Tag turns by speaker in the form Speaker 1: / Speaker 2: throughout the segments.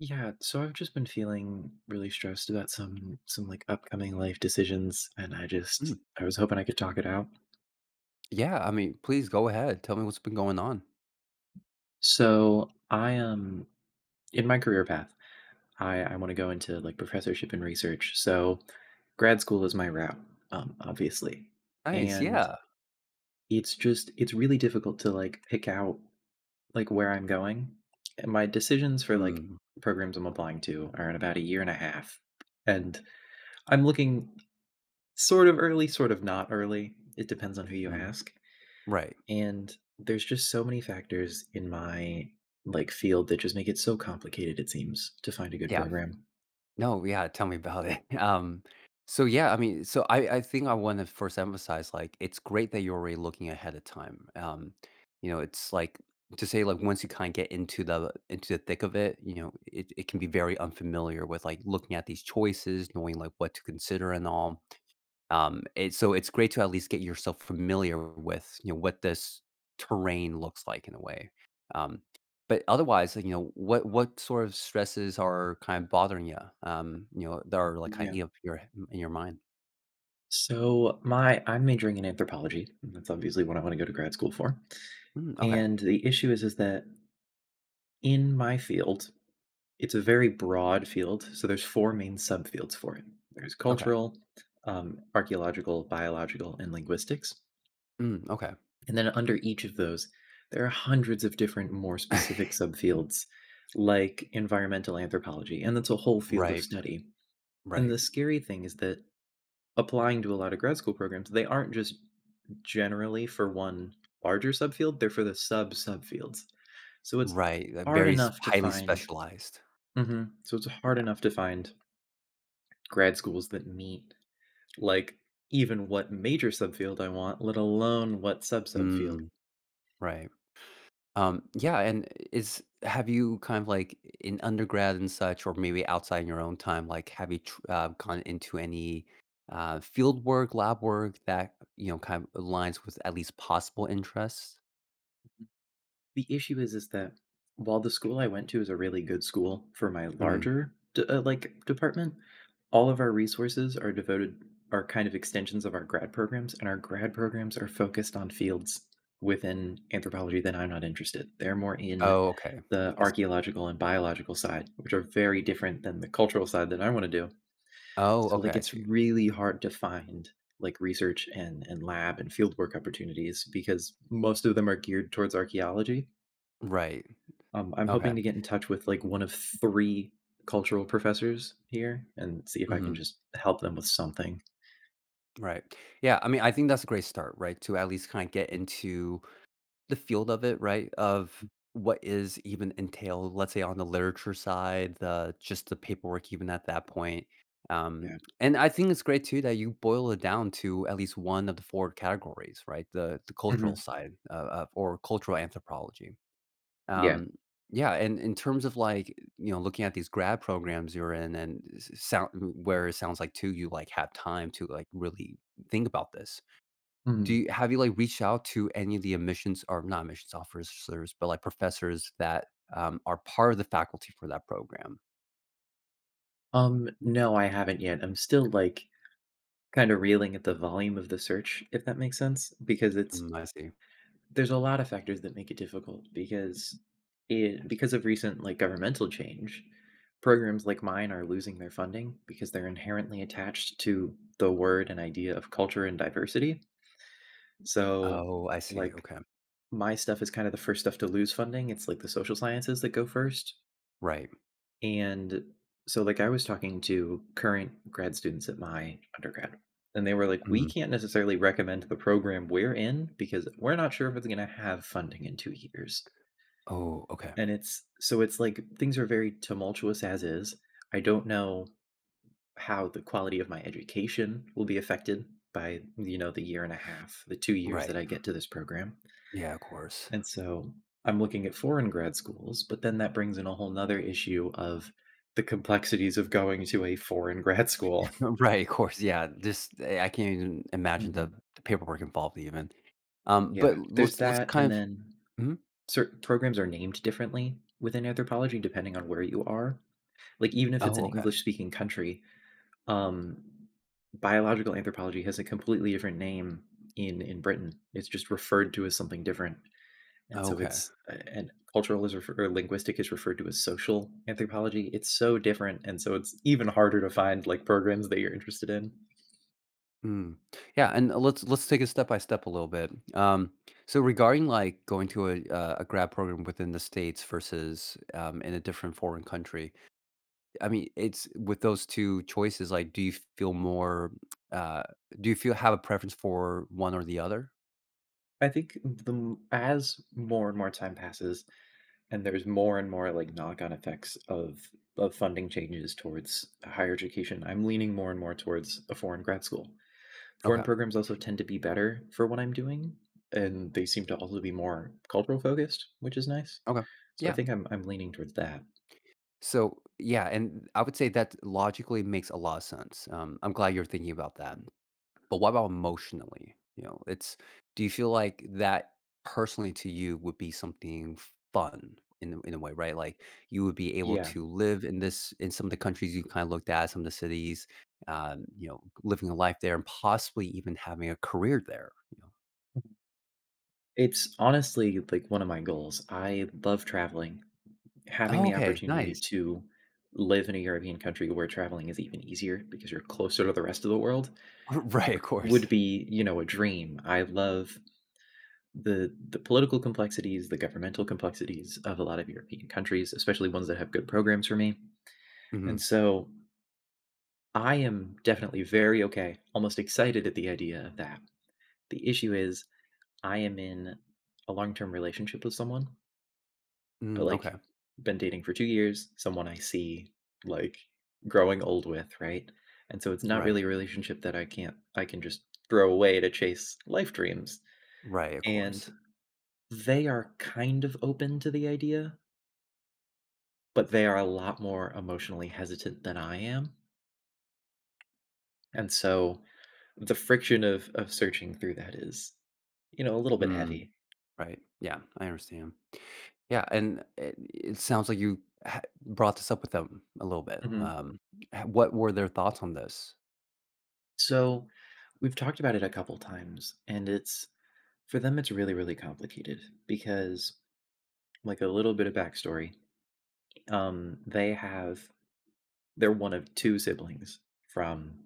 Speaker 1: Yeah, so I've just been feeling really stressed about some like upcoming life decisions, and I just
Speaker 2: Mm,
Speaker 1: I was hoping I could talk it out.
Speaker 2: yeah, I mean, please go ahead. Tell me what's been going on.
Speaker 1: So, I am in my career path. I want to go into like professorship and research. So, grad school is my route, obviously.
Speaker 2: Nice,
Speaker 1: And
Speaker 2: yeah.
Speaker 1: it's really difficult to like pick out like where I'm going. And my decisions for like
Speaker 2: Mm,
Speaker 1: programs I'm applying to are in about a year and a half. And I'm looking. Sort of early, sort of not early. It depends on who you
Speaker 2: mm,
Speaker 1: ask.
Speaker 2: right.
Speaker 1: And there's just so many factors in my like field that just make it so complicated it seems to find a good
Speaker 2: Yeah.
Speaker 1: program.
Speaker 2: No, yeah, tell me about it. So yeah, I mean, so I think I want to first emphasize, like, it's great that you're already looking ahead of time. It's like to say like once you kind of get into the thick of it, it can be very unfamiliar with like looking at these choices, knowing like what to consider and all. It So it's great to at least get yourself familiar with, what this terrain looks like in a way. Um, but otherwise, like, what sort of stresses are kind of bothering you? That are like kind of
Speaker 1: Yeah.
Speaker 2: eating up your in your mind.
Speaker 1: So my I'm majoring in anthropology, and that's obviously what I want to go to grad school for.
Speaker 2: Mm, okay.
Speaker 1: And the issue is that in my field, it's a very broad field, so there's 4 main subfields for it. There's
Speaker 2: Okay.
Speaker 1: cultural, archaeological, biological, and linguistics.
Speaker 2: Mm, okay.
Speaker 1: And then under each of those, there are hundreds of different, more specific subfields, like environmental anthropology, and that's a whole field of
Speaker 2: Right.
Speaker 1: study. And
Speaker 2: Right.
Speaker 1: the scary thing is that applying to a lot of grad school programs, they aren't just generally for one larger subfield, they're for the sub-subfields. So it's
Speaker 2: Right. Like,
Speaker 1: hard
Speaker 2: very s
Speaker 1: enough to
Speaker 2: highly
Speaker 1: find.
Speaker 2: specialized.
Speaker 1: Mhm. So it's hard enough to find grad schools that meet like even what major subfield I want, let alone what sub subfield.
Speaker 2: Mm, right. Yeah, and is have you kind of like in undergrad and such, or maybe outside in your own time, like have you gone into any field work, lab work that kind of aligns with at least possible interests?
Speaker 1: The issue is that while the school I went to is a really good school for my
Speaker 2: Hmm.
Speaker 1: larger d like, department, all of our resources are devoted are kind of extensions of our grad programs, and our grad programs are focused on fields within anthropology that I'm not interested. They're more in
Speaker 2: Oh, okay,
Speaker 1: the
Speaker 2: I see.
Speaker 1: archaeological and biological side, which are very different than the cultural side that I wanna do.
Speaker 2: Oh,
Speaker 1: So,
Speaker 2: okay,
Speaker 1: like,
Speaker 2: I
Speaker 1: it's
Speaker 2: see.
Speaker 1: really hard to find, like, research and lab and fieldwork opportunities because most of them are geared towards archaeology.
Speaker 2: Right.
Speaker 1: I'm hoping
Speaker 2: Okay.
Speaker 1: to get in touch with like one of three cultural professors here and see if I can
Speaker 2: Hmm.
Speaker 1: just help them with something.
Speaker 2: Right. Yeah. I mean, I think that's a great start, right? To at least kind of get into the field of it, right? Of what is even entailed, let's say on the literature side, the just the paperwork even at that point. Um,
Speaker 1: Yeah.
Speaker 2: and I think it's great too that you boil it down to at least one of the four categories, right? The cultural
Speaker 1: Mhm.
Speaker 2: side, of or cultural anthropology.
Speaker 1: Yeah.
Speaker 2: Um, yeah, and in terms of like looking at these grad programs you're in, and sound where it sounds like too you like have time to like really think about this. Do
Speaker 1: Mhm.
Speaker 2: you have you, like, reached out to any of the admissions or not admissions officers, but, like, professors that are part of the faculty for that program?
Speaker 1: No, I haven't yet. I'm still like kind of reeling at the volume of the search, if that makes sense, because it's
Speaker 2: Mm, I see.
Speaker 1: there's a lot of factors that make it difficult because it because of recent like governmental change, programs like mine are losing their funding because they're inherently attached to the word and idea of culture and diversity. So,
Speaker 2: Oh, I see,
Speaker 1: like,
Speaker 2: okay.
Speaker 1: my stuff is kind of the first stuff to lose funding. It's like the social sciences that go first.
Speaker 2: Right.
Speaker 1: And so, like, I was talking to current grad students at my undergrad, and they were like, we
Speaker 2: Mhm.
Speaker 1: can't necessarily recommend the program we're in because we're not sure if it's going to have funding in 2 years.
Speaker 2: Oh, okay.
Speaker 1: And it's like things are very tumultuous as is. I don't know how the quality of my education will be affected by, the year and a half, the 2 years
Speaker 2: Right.
Speaker 1: that I get to this program.
Speaker 2: Yeah, of course.
Speaker 1: And so I'm looking at foreign grad schools, but then that brings in a whole nother issue of the complexities of going to a foreign grad school.
Speaker 2: Right, of course, yeah, just I can't even imagine the
Speaker 1: Mhm.
Speaker 2: the paperwork involved even. But
Speaker 1: Yeah, there's
Speaker 2: let's
Speaker 1: that, and
Speaker 2: kind of
Speaker 1: then
Speaker 2: mhm?
Speaker 1: certain programs are named differently within anthropology depending on where you are. Like, even if it's
Speaker 2: Oh,
Speaker 1: an
Speaker 2: okay.
Speaker 1: English speaking country, um, biological anthropology has a completely different name in Britain. It's just referred to as something different. And so
Speaker 2: Okay.
Speaker 1: it's and cultural is refer or linguistic is referred to as social anthropology. It's so different, and so it's even harder to find, like, programs that you're interested in.
Speaker 2: Mm. Yeah, and let's take it step by step a little bit. Um, so regarding like going to a grad program within the States versus in a different foreign country, I mean, it's with those two choices. Like, do you feel more? Uh, do you feel have a preference for one or the other?
Speaker 1: I think the m as more and more time passes and there's more and more, like, knock-on effects of funding changes towards higher education, I'm leaning more and more towards a foreign grad school. Foreign
Speaker 2: Okay.
Speaker 1: programs also tend to be better for what I'm doing, and they seem to also be more cultural focused, which is nice.
Speaker 2: Okay.
Speaker 1: So I
Speaker 2: Yeah.
Speaker 1: think I'm leaning towards that.
Speaker 2: So yeah, and I would say that logically makes a lot of sense. I'm glad you're thinking about that. But what about emotionally? You know, it's do you feel like that personally to you would be something fun in a way, right? Like you would be able
Speaker 1: Yeah.
Speaker 2: to live in some of the countries you kind of looked at, some of the cities, living a life there and possibly even having a career there. You know,
Speaker 1: It's honestly like one of my goals. I love traveling. Having
Speaker 2: oh,
Speaker 1: the
Speaker 2: okay,
Speaker 1: opportunity
Speaker 2: nice,
Speaker 1: to live in a European country where traveling is even easier because you're closer to the rest of the world
Speaker 2: right? Of course.
Speaker 1: would be, a dream. I love the political complexities, the governmental complexities of a lot of European countries, especially ones that have good programs for me. And
Speaker 2: Hmm.
Speaker 1: so I am definitely very okay, almost excited at the idea of that. The issue is I am in a long-term relationship with someone, but,
Speaker 2: Mm,
Speaker 1: like,
Speaker 2: okay,
Speaker 1: been dating for 2 years, someone I see, like, growing old with, right? And so it's not
Speaker 2: right,
Speaker 1: really a relationship that I can't, I can just throw away to chase life dreams,
Speaker 2: right, of
Speaker 1: and
Speaker 2: course.
Speaker 1: they are kind of open to the idea, but they are a lot more emotionally hesitant than I am. And so the friction of searching through that is, a little bit
Speaker 2: Mm.
Speaker 1: heavy.
Speaker 2: Right. Yeah, I understand. Yeah, and it sounds like you ha brought this up with them a little bit.
Speaker 1: Mhm.
Speaker 2: H What were their thoughts on this?
Speaker 1: So we've talked about it a couple times, and it's for them, it's really, really complicated because, like, a little bit of backstory. Um, they have they're one of two siblings from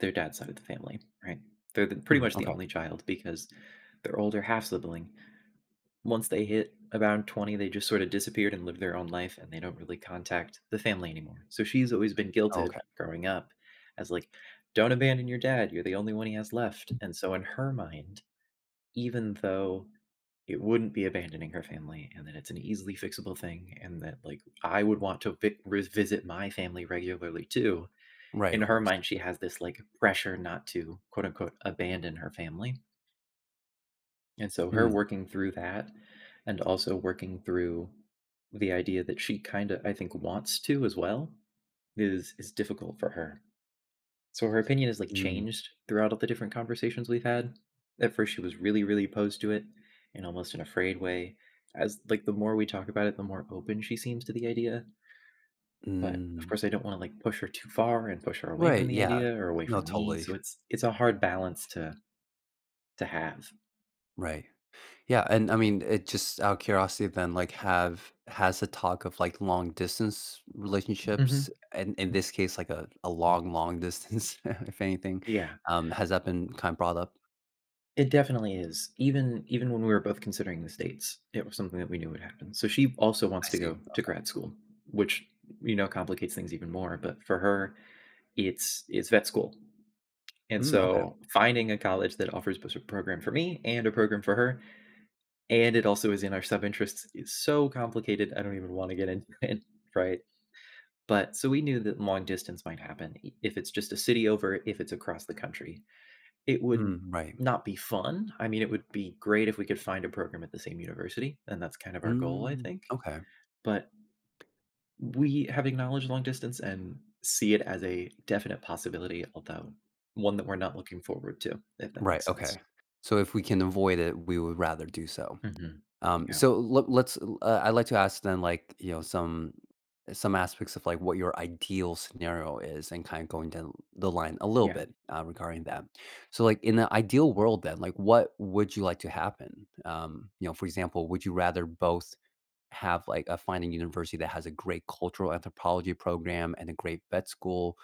Speaker 1: their dad's side of the family, right? They're pretty
Speaker 2: Mm,
Speaker 1: much the
Speaker 2: okay.
Speaker 1: only child because their older half sibling, once they hit around 20, they just sort of disappeared and lived their own life, and they don't really contact the family anymore. So she's always been
Speaker 2: Oh,
Speaker 1: guilted
Speaker 2: okay.
Speaker 1: growing up as like, don't abandon your dad. You're the only one he has left. And so, in her mind, even though it wouldn't be abandoning her family and that it's an easily fixable thing, and that like I would want to revisit my family regularly too,
Speaker 2: Right,
Speaker 1: in
Speaker 2: of
Speaker 1: her
Speaker 2: course.
Speaker 1: mind, she has this like pressure not to quote unquote abandon her family, and so her
Speaker 2: Mm,
Speaker 1: working through that and also working through the idea that she kinda, I think, wants to as well is difficult for her. So her opinion has, like,
Speaker 2: mm,
Speaker 1: changed throughout all the different conversations we've had. At first, she was really, really opposed to it in almost an afraid way. As like, the more we talk about it, the more open she seems to the idea, but, of
Speaker 2: mm.
Speaker 1: course, I don't wanna, like, push her too far and push her away from
Speaker 2: Right,
Speaker 1: the
Speaker 2: yeah.
Speaker 1: idea or away
Speaker 2: No,
Speaker 1: from me,
Speaker 2: totally.
Speaker 1: so it's a hard balance to have.
Speaker 2: Right. Yeah, and, I mean, it just out of curiosity then, like, have has the talk of, like, long distance
Speaker 1: Mhm.
Speaker 2: relationships, and in this case, like, a long, long distance, if anything,
Speaker 1: Yeah.
Speaker 2: has that been kind of brought up?
Speaker 1: It definitely is. Even when we were both considering the states, it was something that we knew would happen. So she also wants
Speaker 2: I
Speaker 1: to
Speaker 2: see.
Speaker 1: go to
Speaker 2: Okay.
Speaker 1: grad school, which complicates things even more. But for her, it's vet school, and
Speaker 2: Mm, okay.
Speaker 1: so finding a college that offers both a program for me and a program for her, and it also is in our sub interests, is so complicated. I don't even want to get into it, right? But so we knew that long distance might happen if it's just a city over, if it's across the country. It would
Speaker 2: Mm, right.
Speaker 1: not be fun. I mean, it would be great if we could find a program at the same university, and that's kind of our goal, I
Speaker 2: Mm,
Speaker 1: think.
Speaker 2: okay.
Speaker 1: But we have acknowledged long distance and see it as a definite possibility, although one that we're not looking forward to, if that
Speaker 2: Right,
Speaker 1: makes sense.
Speaker 2: okay. So if we can avoid it, we would rather do so.
Speaker 1: Hmm.
Speaker 2: Um,
Speaker 1: Yeah,
Speaker 2: so let's. I'd like to ask then, like, some aspects of like what your ideal scenario is, and kind of going down the line a little
Speaker 1: yeah.
Speaker 2: bit, regarding that. So, like in the ideal world, then, like what would you like to happen? For example, would you rather both have, like, a find a university that has a great cultural anthropology program and a great vet school,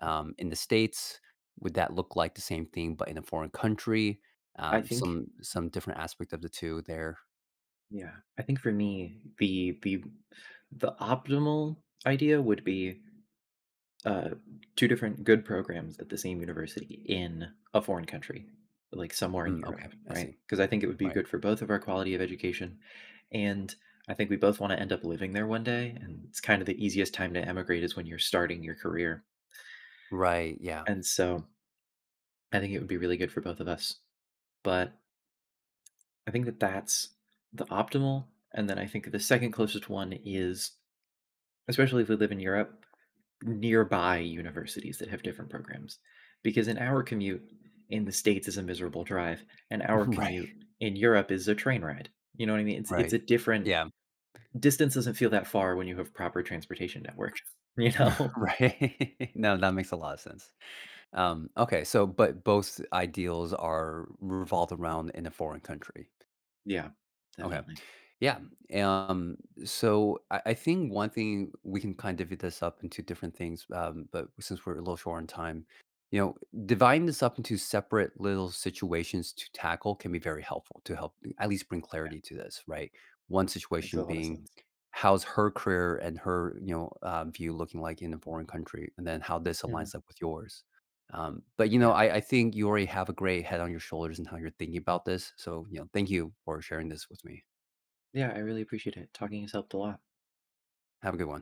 Speaker 2: in the States? Would that look like the same thing but in a foreign country?
Speaker 1: I
Speaker 2: Um,
Speaker 1: think,
Speaker 2: some some different aspect of the two there.
Speaker 1: yeah, I think for me, the optimal idea would be uh, two different good programs at the same university in a foreign country, like somewhere in
Speaker 2: Mm, okay,
Speaker 1: Europe,
Speaker 2: I
Speaker 1: right?
Speaker 2: see.
Speaker 1: Because I think it would be
Speaker 2: Right.
Speaker 1: good for both of our quality of education. And I think we both want to end up living there one day. And it's kind of the easiest time to emigrate is when you're starting your career.
Speaker 2: Right, yeah.
Speaker 1: And so I think it would be really good for both of us. But I think that that's the optimal. And then I think the second closest one is, especially if we live in Europe, nearby universities that have different programs, because an hour commute in the states is a miserable drive. An hour
Speaker 2: Right,
Speaker 1: commute in europe is a train ride, you know what I mean? It's
Speaker 2: right.
Speaker 1: a different.
Speaker 2: Yeah,
Speaker 1: Distance doesn't feel that far when you have proper transportation network you know
Speaker 2: right. No, that makes a lot of sense. Okay, so but both ideals are revolved around in a foreign country.
Speaker 1: yeah
Speaker 2: Okay.
Speaker 1: definitely
Speaker 2: Yeah. Um, so I think one thing we can kind of divvy this up into different things, but since we're a little short on time, you know, dividing this up into separate little situations to tackle can be very helpful to help at least bring clarity to this, right? One
Speaker 1: that makes a
Speaker 2: situation
Speaker 1: lot of
Speaker 2: being
Speaker 1: sense
Speaker 2: how's her career and her, view looking like in a foreign country, and then how this
Speaker 1: Mhm.
Speaker 2: aligns up with yours. Um, but you know,
Speaker 1: Yeah,
Speaker 2: I, I think you already have a great head on your shoulders and how you're thinking about this. So, thank you for sharing this with me.
Speaker 1: yeah, I really appreciate it. Talking has helped a lot.
Speaker 2: Have a good one.